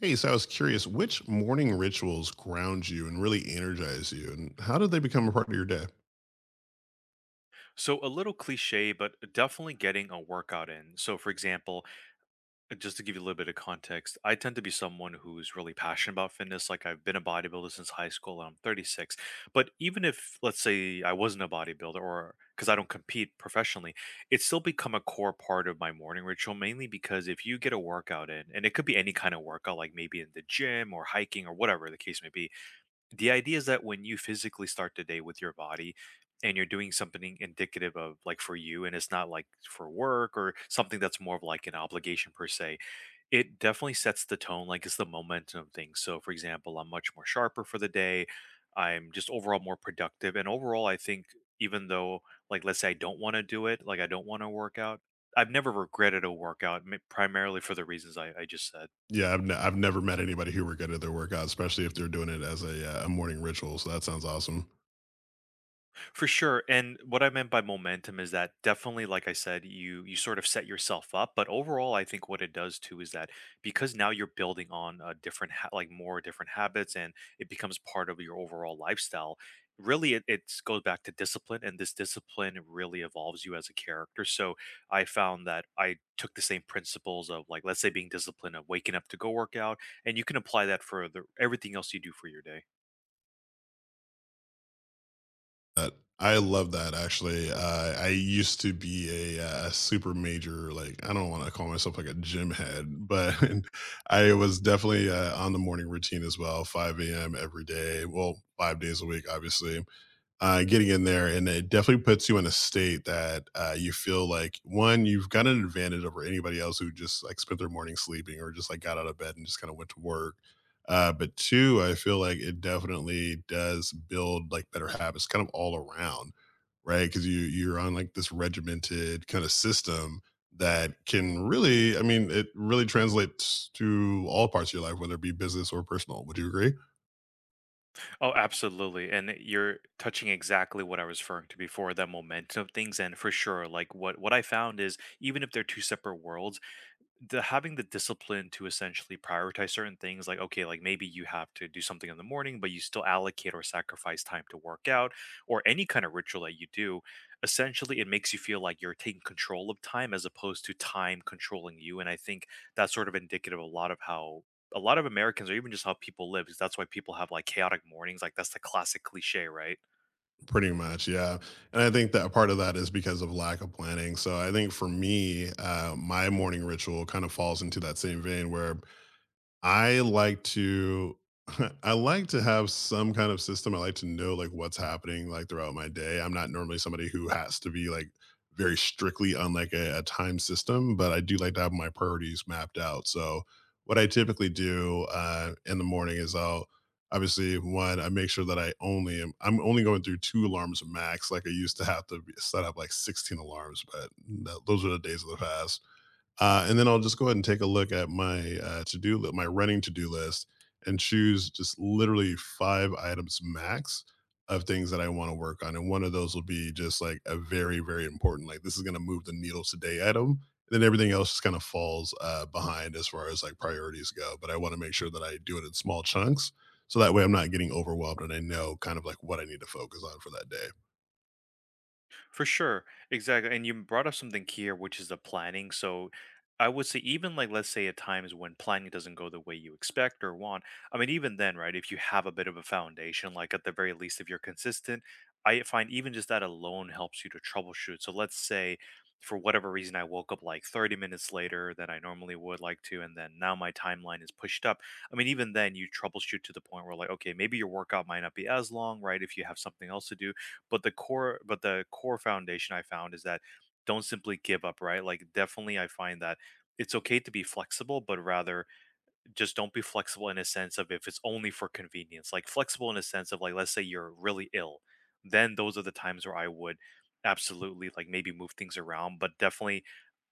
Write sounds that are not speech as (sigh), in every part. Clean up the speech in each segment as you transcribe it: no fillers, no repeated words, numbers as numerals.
Hey, so I was curious, which morning rituals ground you and really energize you, and how did they become a part of your day? So, a little cliche, but definitely getting a workout in. So, for example, just to give you a little bit of context, I tend to be someone who's really passionate about fitness. Like, I've been a bodybuilder since high school and I'm 36. But even if, let's say, I wasn't a bodybuilder or because I don't compete professionally, it's still become a core part of my morning ritual, mainly because if you get a workout in, and it could be any kind of workout, like maybe in the gym or hiking or whatever the case may be, the idea is that when you physically start the day with your body and you're doing something indicative of like for you, and it's not like for work or something that's more of like an obligation per se. It definitely sets the tone, like it's the momentum of things. So, for example, I'm much more sharper for the day. I'm just overall more productive, and overall I think, even though, like, let's say I don't want to do it, like, I don't want to work out, I've never regretted a workout primarily for the reasons I just said. Yeah, I've never met anybody who were good at their workout, especially if they're doing it as a morning ritual. So that sounds awesome. For sure. And what I meant by momentum is that definitely, like I said, you sort of set yourself up. But overall, I think what it does too is that because now you're building on a different, like more different habits, and it becomes part of your overall lifestyle. Really, it goes back to discipline, and this discipline really evolves you as a character. So I found that I took the same principles of, like, let's say, being disciplined of waking up to go work out, and you can apply that for everything else you do for your day. That I love that actually. I used to be a super major, like I don't want to call myself like a gym head, but (laughs) I was definitely on the morning routine as well, 5 a.m. every day. Well, 5 days a week, obviously getting in there, and it definitely puts you in a state that you feel like one, you've got an advantage over anybody else who just like spent their morning sleeping or just like got out of bed and just kind of went to work. But two, I feel like it definitely does build like better habits, kind of all around, right? Because you're on like this regimented kind of system that can really, I mean, it really translates to all parts of your life, whether it be business or personal. Would you agree? Oh, absolutely. And you're touching exactly what I was referring to before, that momentum of things. And for sure, like what I found is, even if they're two separate worlds, the having the discipline to essentially prioritize certain things, like, okay, like maybe you have to do something in the morning, but you still allocate or sacrifice time to work out or any kind of ritual that you do, essentially it makes you feel like you're taking control of time as opposed to time controlling you. And I think that's sort of indicative of a lot of how a lot of Americans or even just how people live, 'cause that's why people have like chaotic mornings, like that's the classic cliche, right? Pretty much, yeah, and I think that part of that is because of lack of planning. So I think for me, my morning ritual kind of falls into that same vein where I like to (laughs) I like to have some kind of system. I like to know like what's happening like throughout my day. I'm not normally somebody who has to be like very strictly on like a time system, but I do like to have my priorities mapped out. So what I typically do in the morning is I'll obviously one, I make sure that I'm only going through two alarms max. Like I used to have to be, set up like 16 alarms, but those are the days of the past, and then I'll just go ahead and take a look at my to do list, my running to do list, and choose just literally five items max of things that I want to work on. And one of those will be just like a very, very important, like this is going to move the needle today item. And then everything else just kind of falls behind as far as like priorities go. But I want to make sure that I do it in small chunks. So that way I'm not getting overwhelmed and I know kind of like what I need to focus on for that day. For sure. Exactly. And you brought up something here, which is the planning. So I would say, even like, let's say at times when planning doesn't go the way you expect or want, I mean, even then, right, if you have a bit of a foundation, like at the very least, if you're consistent, I find even just that alone helps you to troubleshoot. So let's say, for whatever reason, I woke up like 30 minutes later than I normally would like to, and then now my timeline is pushed up. I mean, even then, you troubleshoot to the point where, like, okay, maybe your workout might not be as long, right? If you have something else to do, but the core foundation I found is that don't simply give up, right? Like definitely I find that it's okay to be flexible, but rather just don't be flexible in a sense of if it's only for convenience. Like flexible in a sense of, like, let's say you're really ill, then those are the times where I would absolutely, like, maybe move things around, but definitely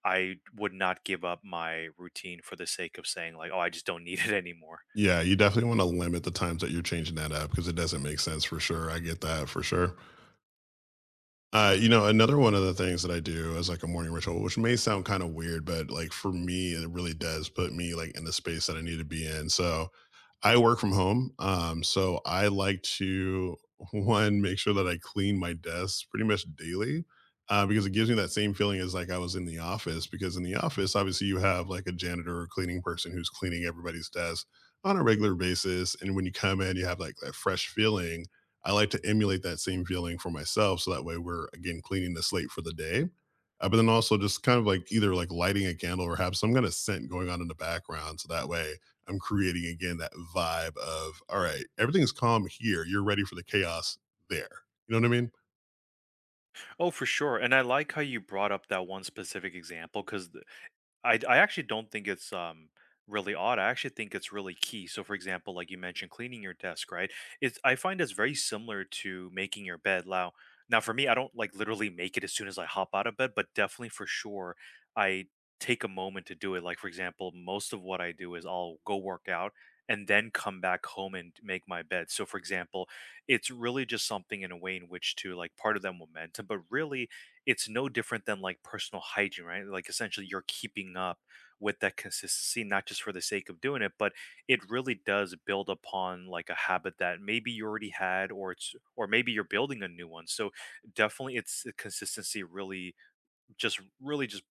I would not give up my routine for the sake of saying, like, oh, I just don't need it (laughs) anymore. Yeah, you definitely want to limit the times that you're changing that up because it doesn't make sense for sure. I get that for sure. You know, another one of the things that I do as like a morning ritual, which may sound kind of weird, but like for me, it really does put me like in the space that I need to be in. So, I work from home, so I like to one, make sure that I clean my desk pretty much daily, because it gives me that same feeling as like I was in the office. Because in the office, obviously, you have like a janitor or cleaning person who's cleaning everybody's desk on a regular basis, and when you come in, you have like that fresh feeling. I like to emulate that same feeling for myself, so that way we're again cleaning the slate for the day. But then also just kind of like either like lighting a candle or have some kind of scent going on in the background, so that way I'm creating again that vibe of, all right, everything's calm here. You're ready for the chaos there. You know what I mean? Oh, for sure. And I like how you brought up that one specific example because I actually don't think it's really odd. I actually think it's really key. So for example, like you mentioned cleaning your desk, right? It's I find it's very similar to making your bed. Now, for me, I don't like literally make it as soon as I hop out of bed, but definitely for sure I take a moment to do it. Like for example, most of what I do is I'll go work out and then come back home and make my bed. So for example, it's really just something in a way in which to like part of that momentum, but really it's no different than like personal hygiene, right? Like essentially you're keeping up with that consistency, not just for the sake of doing it, but it really does build upon like a habit that maybe you already had, or maybe you're building a new one. So definitely it's consistency really just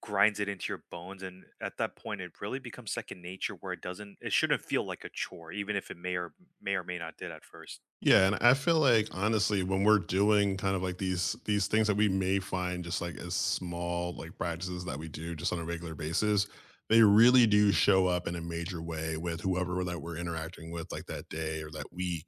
grinds it into your bones, and at that point it really becomes second nature where it shouldn't feel like a chore, even if it may or may not did at first. Yeah, and I feel like honestly, when we're doing kind of like these things that we may find just like as small like practices that we do just on a regular basis, they really do show up in a major way with whoever that we're interacting with like that day or that week,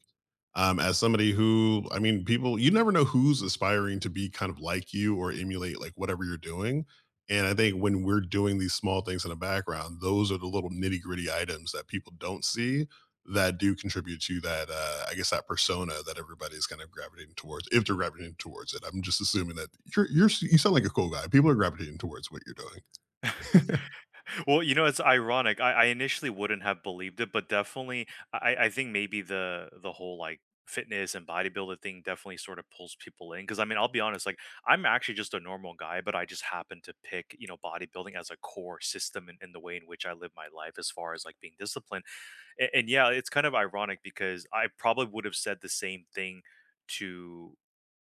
as somebody who, I mean, people, you never know who's aspiring to be kind of like you or emulate like whatever you're doing. And I think when we're doing these small things in the background, those are the little nitty gritty items that people don't see that do contribute to that, I guess, that persona that everybody's kind of gravitating towards. If they're gravitating towards it, I'm just assuming that you sound like a cool guy. People are gravitating towards what you're doing. (laughs) Well, you know, it's ironic. I initially wouldn't have believed it, but definitely, I think maybe the whole, like, fitness and bodybuilder thing definitely sort of pulls people in. Because, I mean, I'll be honest, like, I'm actually just a normal guy, but I just happen to pick, bodybuilding as a core system in the way in which I live my life, as far as like being disciplined. And yeah, it's kind of ironic because I probably would have said the same thing to,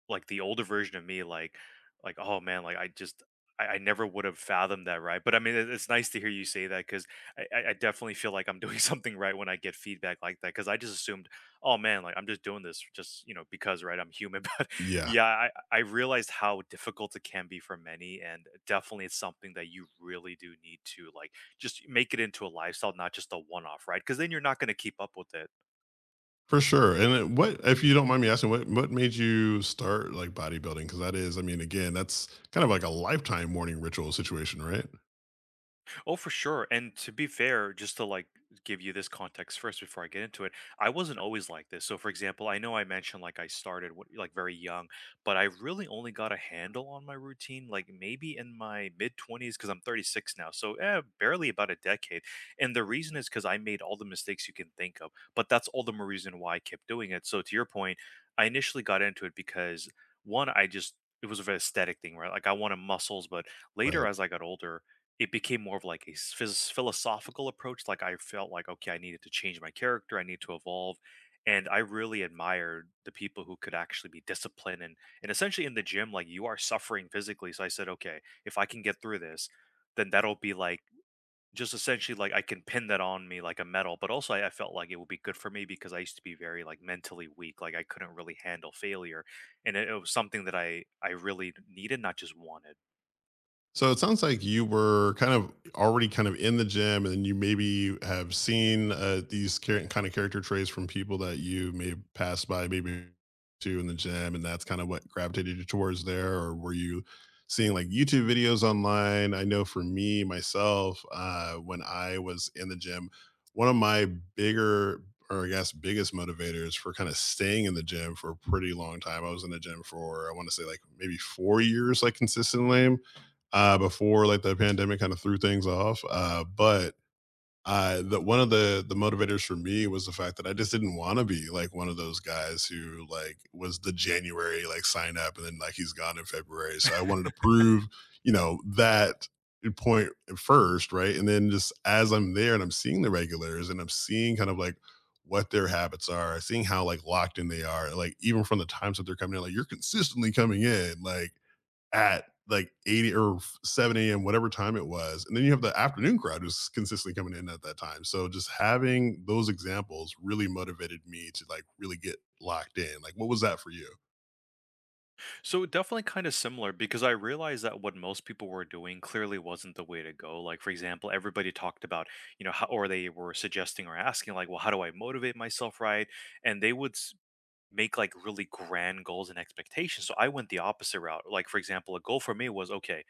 like, the older version of me, like, oh man, like I just, I never would have fathomed that, right? But I mean, it's nice to hear you say that because I definitely feel like I'm doing (laughs) something right when I get feedback like that, because I just assumed, oh man, like I'm just doing this just because, right, I'm human. Yeah. Yeah, I realized how difficult it can be for many, and definitely it's something that you really do need to, like, just make it into a lifestyle, not just a one-off, right? Because then you're not going to keep up with it. For sure. What, if you don't mind me asking, what made you start like bodybuilding? Because that is, I mean, again, that's kind of like a lifetime morning ritual situation, right? Oh, for sure. And to be fair, just to like give you this context first before I get into it, I wasn't always like this. So, for example, I know I mentioned like I started what, like very young, but I really only got a handle on my routine, like maybe in my mid 20s, because I'm 36 now. So, barely about a decade. And the reason is because I made all the mistakes you can think of, but that's all the more reason why I kept doing it. So, to your point, I initially got into it because one, I just, it was a very aesthetic thing, right? Like I wanted muscles, but later as I got older, it became more of like a philosophical approach. Like I felt like, okay, I needed to change my character, I need to evolve. And I really admired the people who could actually be disciplined, and essentially in the gym, like, you are suffering physically. So I said, okay, if I can get through this, then that'll be like just essentially like I can pin that on me like a medal. But also I felt like it would be good for me because I used to be very like mentally weak. Like I couldn't really handle failure. And it was something that I really needed, not just wanted. So it sounds like you were kind of already kind of in the gym, and you maybe have seen kind of character traits from people that you may have passed by, maybe to in the gym, and that's kind of what gravitated you towards there. Or were you seeing like YouTube videos online? I know for me myself, when I was in the gym, one of my bigger or I guess biggest motivators for kind of staying in the gym for a pretty long time. I was in the gym for I want to say like maybe 4 years, like consistently, before like the pandemic kind of threw things off. One of the motivators for me was the fact that I just didn't want to be like one of those guys who like was the January like sign up and then like he's gone in February. So I wanted to prove, you know, that point first, right? And then just as I'm there and I'm seeing the regulars and I'm seeing kind of like what their habits are, seeing how like locked in they are, like even from the times that they're coming in, like you're consistently coming in, like at like 80 or 7 a.m., whatever time it was. And then you have the afternoon crowd who's consistently coming in at that time. So just having those examples really motivated me to like really get locked in. Like, what was that for you? So definitely kind of similar because I realized that what most people were doing clearly wasn't the way to go. Like for example, everybody talked about, you know, how, or they were suggesting or asking like, well, how do I motivate myself, right? And they would make like really grand goals and expectations. So I went the opposite route. Like for example, a goal for me was okay,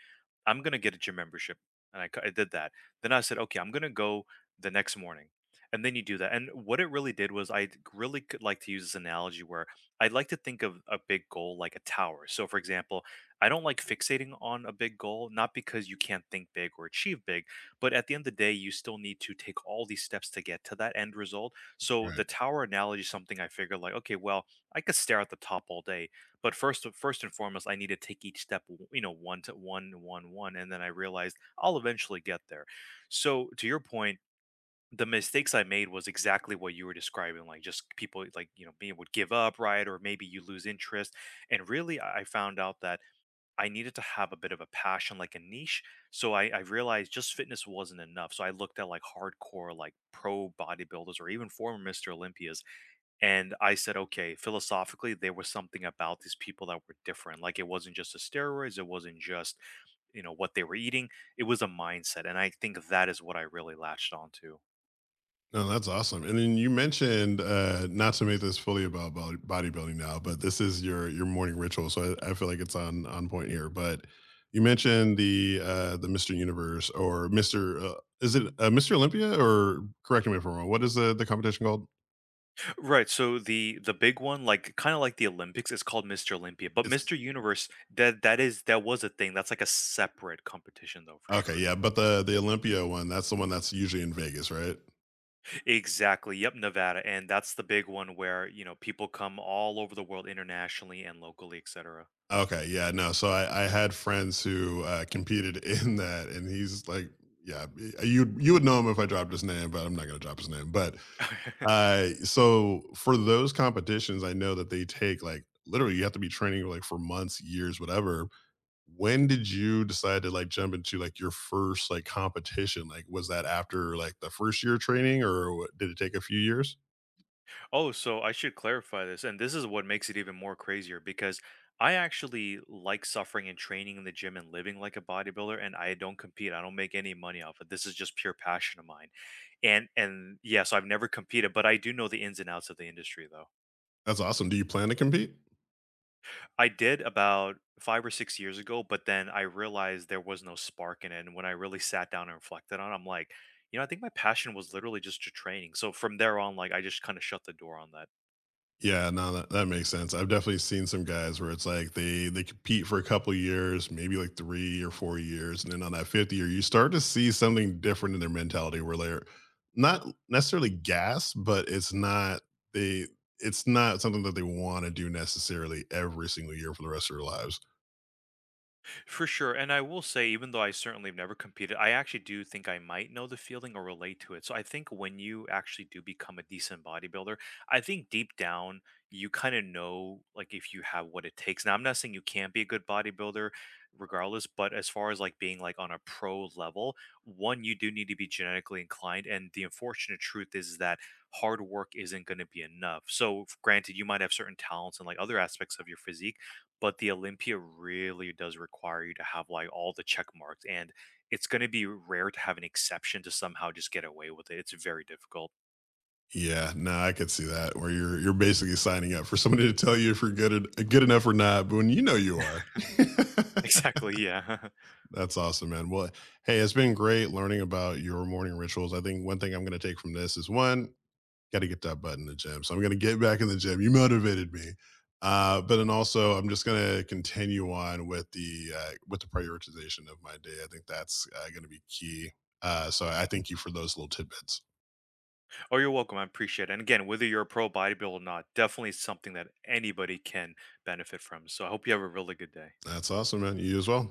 I'm gonna get a gym membership, and I did that. Then I said, okay, I'm gonna go the next morning, and then you do that. And what it really did was, I really could like to use this analogy where I like to think of a big goal like a tower. So, for example, I don't like fixating on a big goal, not because you can't think big or achieve big, but at the end of the day, you still need to take all these steps to get to that end result. So, the Right. tower analogy is something I figured like, okay, well, I could stare at the top all day, but first and foremost, I need to take each step, you know, 1 to one, one, one, and then I realized I'll eventually get there. So, to your point, the mistakes I made was exactly what you were describing, like, just people, like, you know, being would give up, right? Or maybe you lose interest, and really, I found out that I needed to have a bit of a passion, like a niche, so I realized just fitness wasn't enough, so I looked at, like, hardcore, like, pro bodybuilders or even former Mr. Olympias, and I said, okay, philosophically, there was something about these people that were different. Like it wasn't just the steroids, it wasn't just, you know, what they were eating. It was a mindset. And I think that is what I really latched onto. No, that's awesome. And then you mentioned not to make this fully about bodybuilding now, but this is your morning ritual, so I feel like it's on point here. But you mentioned the Mr. Universe or Mr. Is it Mr. Olympia, or correct me if I'm wrong. What is the competition called? Right. So the big one, like kind of like the Olympics, is called Mr. Olympia. But Mr. It's Universe, that was a thing. That's like a separate competition though, for okay, sure. yeah, but the Olympia one, that's the one that's usually in Vegas, right? Exactly. Yep, Nevada. And that's the big one where, you know, people come all over the world internationally and locally, et cetera. Okay, yeah, no. So I had friends who competed (laughs) in that, and he's like, yeah, you would know him if I dropped his name, but I'm not gonna drop his name. But (laughs) so for those competitions, I know that they take like literally you have to be training like for months, years, whatever. When did you decide to like jump into like your first like competition? Like, was that after like the first year of training, or did it take a few years? Oh, so I should clarify this. And this is what makes it even more crazier because I actually like suffering and training in the gym and living like a bodybuilder, and I don't compete. I don't make any money off it. This is just pure passion of mine. And yeah, so I've never competed, but I do know the ins and outs of the industry though. That's awesome. Do you plan to compete? I did about 5 or 6 years ago, but then I realized there was no spark in it. And when I really sat down and reflected on it, I'm like, you know, I think my passion was literally just to training. So from there on, like, I just kind of shut the door on that. Yeah, no, that makes sense. I've definitely seen some guys where it's like they compete for a couple years, maybe like 3 or 4 years, and then on that fifth year, you start to see something different in their mentality where they're not necessarily gas, but they it's not something that they want to do necessarily every single year for the rest of their lives. For sure. And I will say, even though I certainly have never competed, I actually do think I might know the feeling or relate to it. So I think when you actually do become a decent bodybuilder, I think deep down you kind of know like if you have what it takes. Now I'm not saying you can't be a good bodybuilder regardless, but as far as like being like on a pro level, one, you do need to be genetically inclined. And the unfortunate truth is that hard work isn't going to be enough. So granted, you might have certain talents and, like, other aspects of your physique, but the Olympia really does require you to have like all the check marks, and it's going to be rare to have an exception to somehow just get away with it. It's very difficult. (laughs) Yeah, no, I could see that where you're basically signing up for somebody to tell you if you're good enough or not, but when you know you are. (laughs) Exactly. Yeah. That's awesome, man. Well, hey, it's been great learning about your morning rituals. I think one thing I'm going to take from this is one, got to get that butt in the gym. So I'm going to get back in the gym. You motivated me. But then also, I'm just going to continue on with the prioritization of my day. I think that's going to be key. So I thank you for those little tidbits. (laughs) Oh, you're welcome. I appreciate it. And again, whether you're a pro bodybuilder or not, definitely something that anybody can benefit from. So I hope you have a really good day. That's awesome, man. You as well.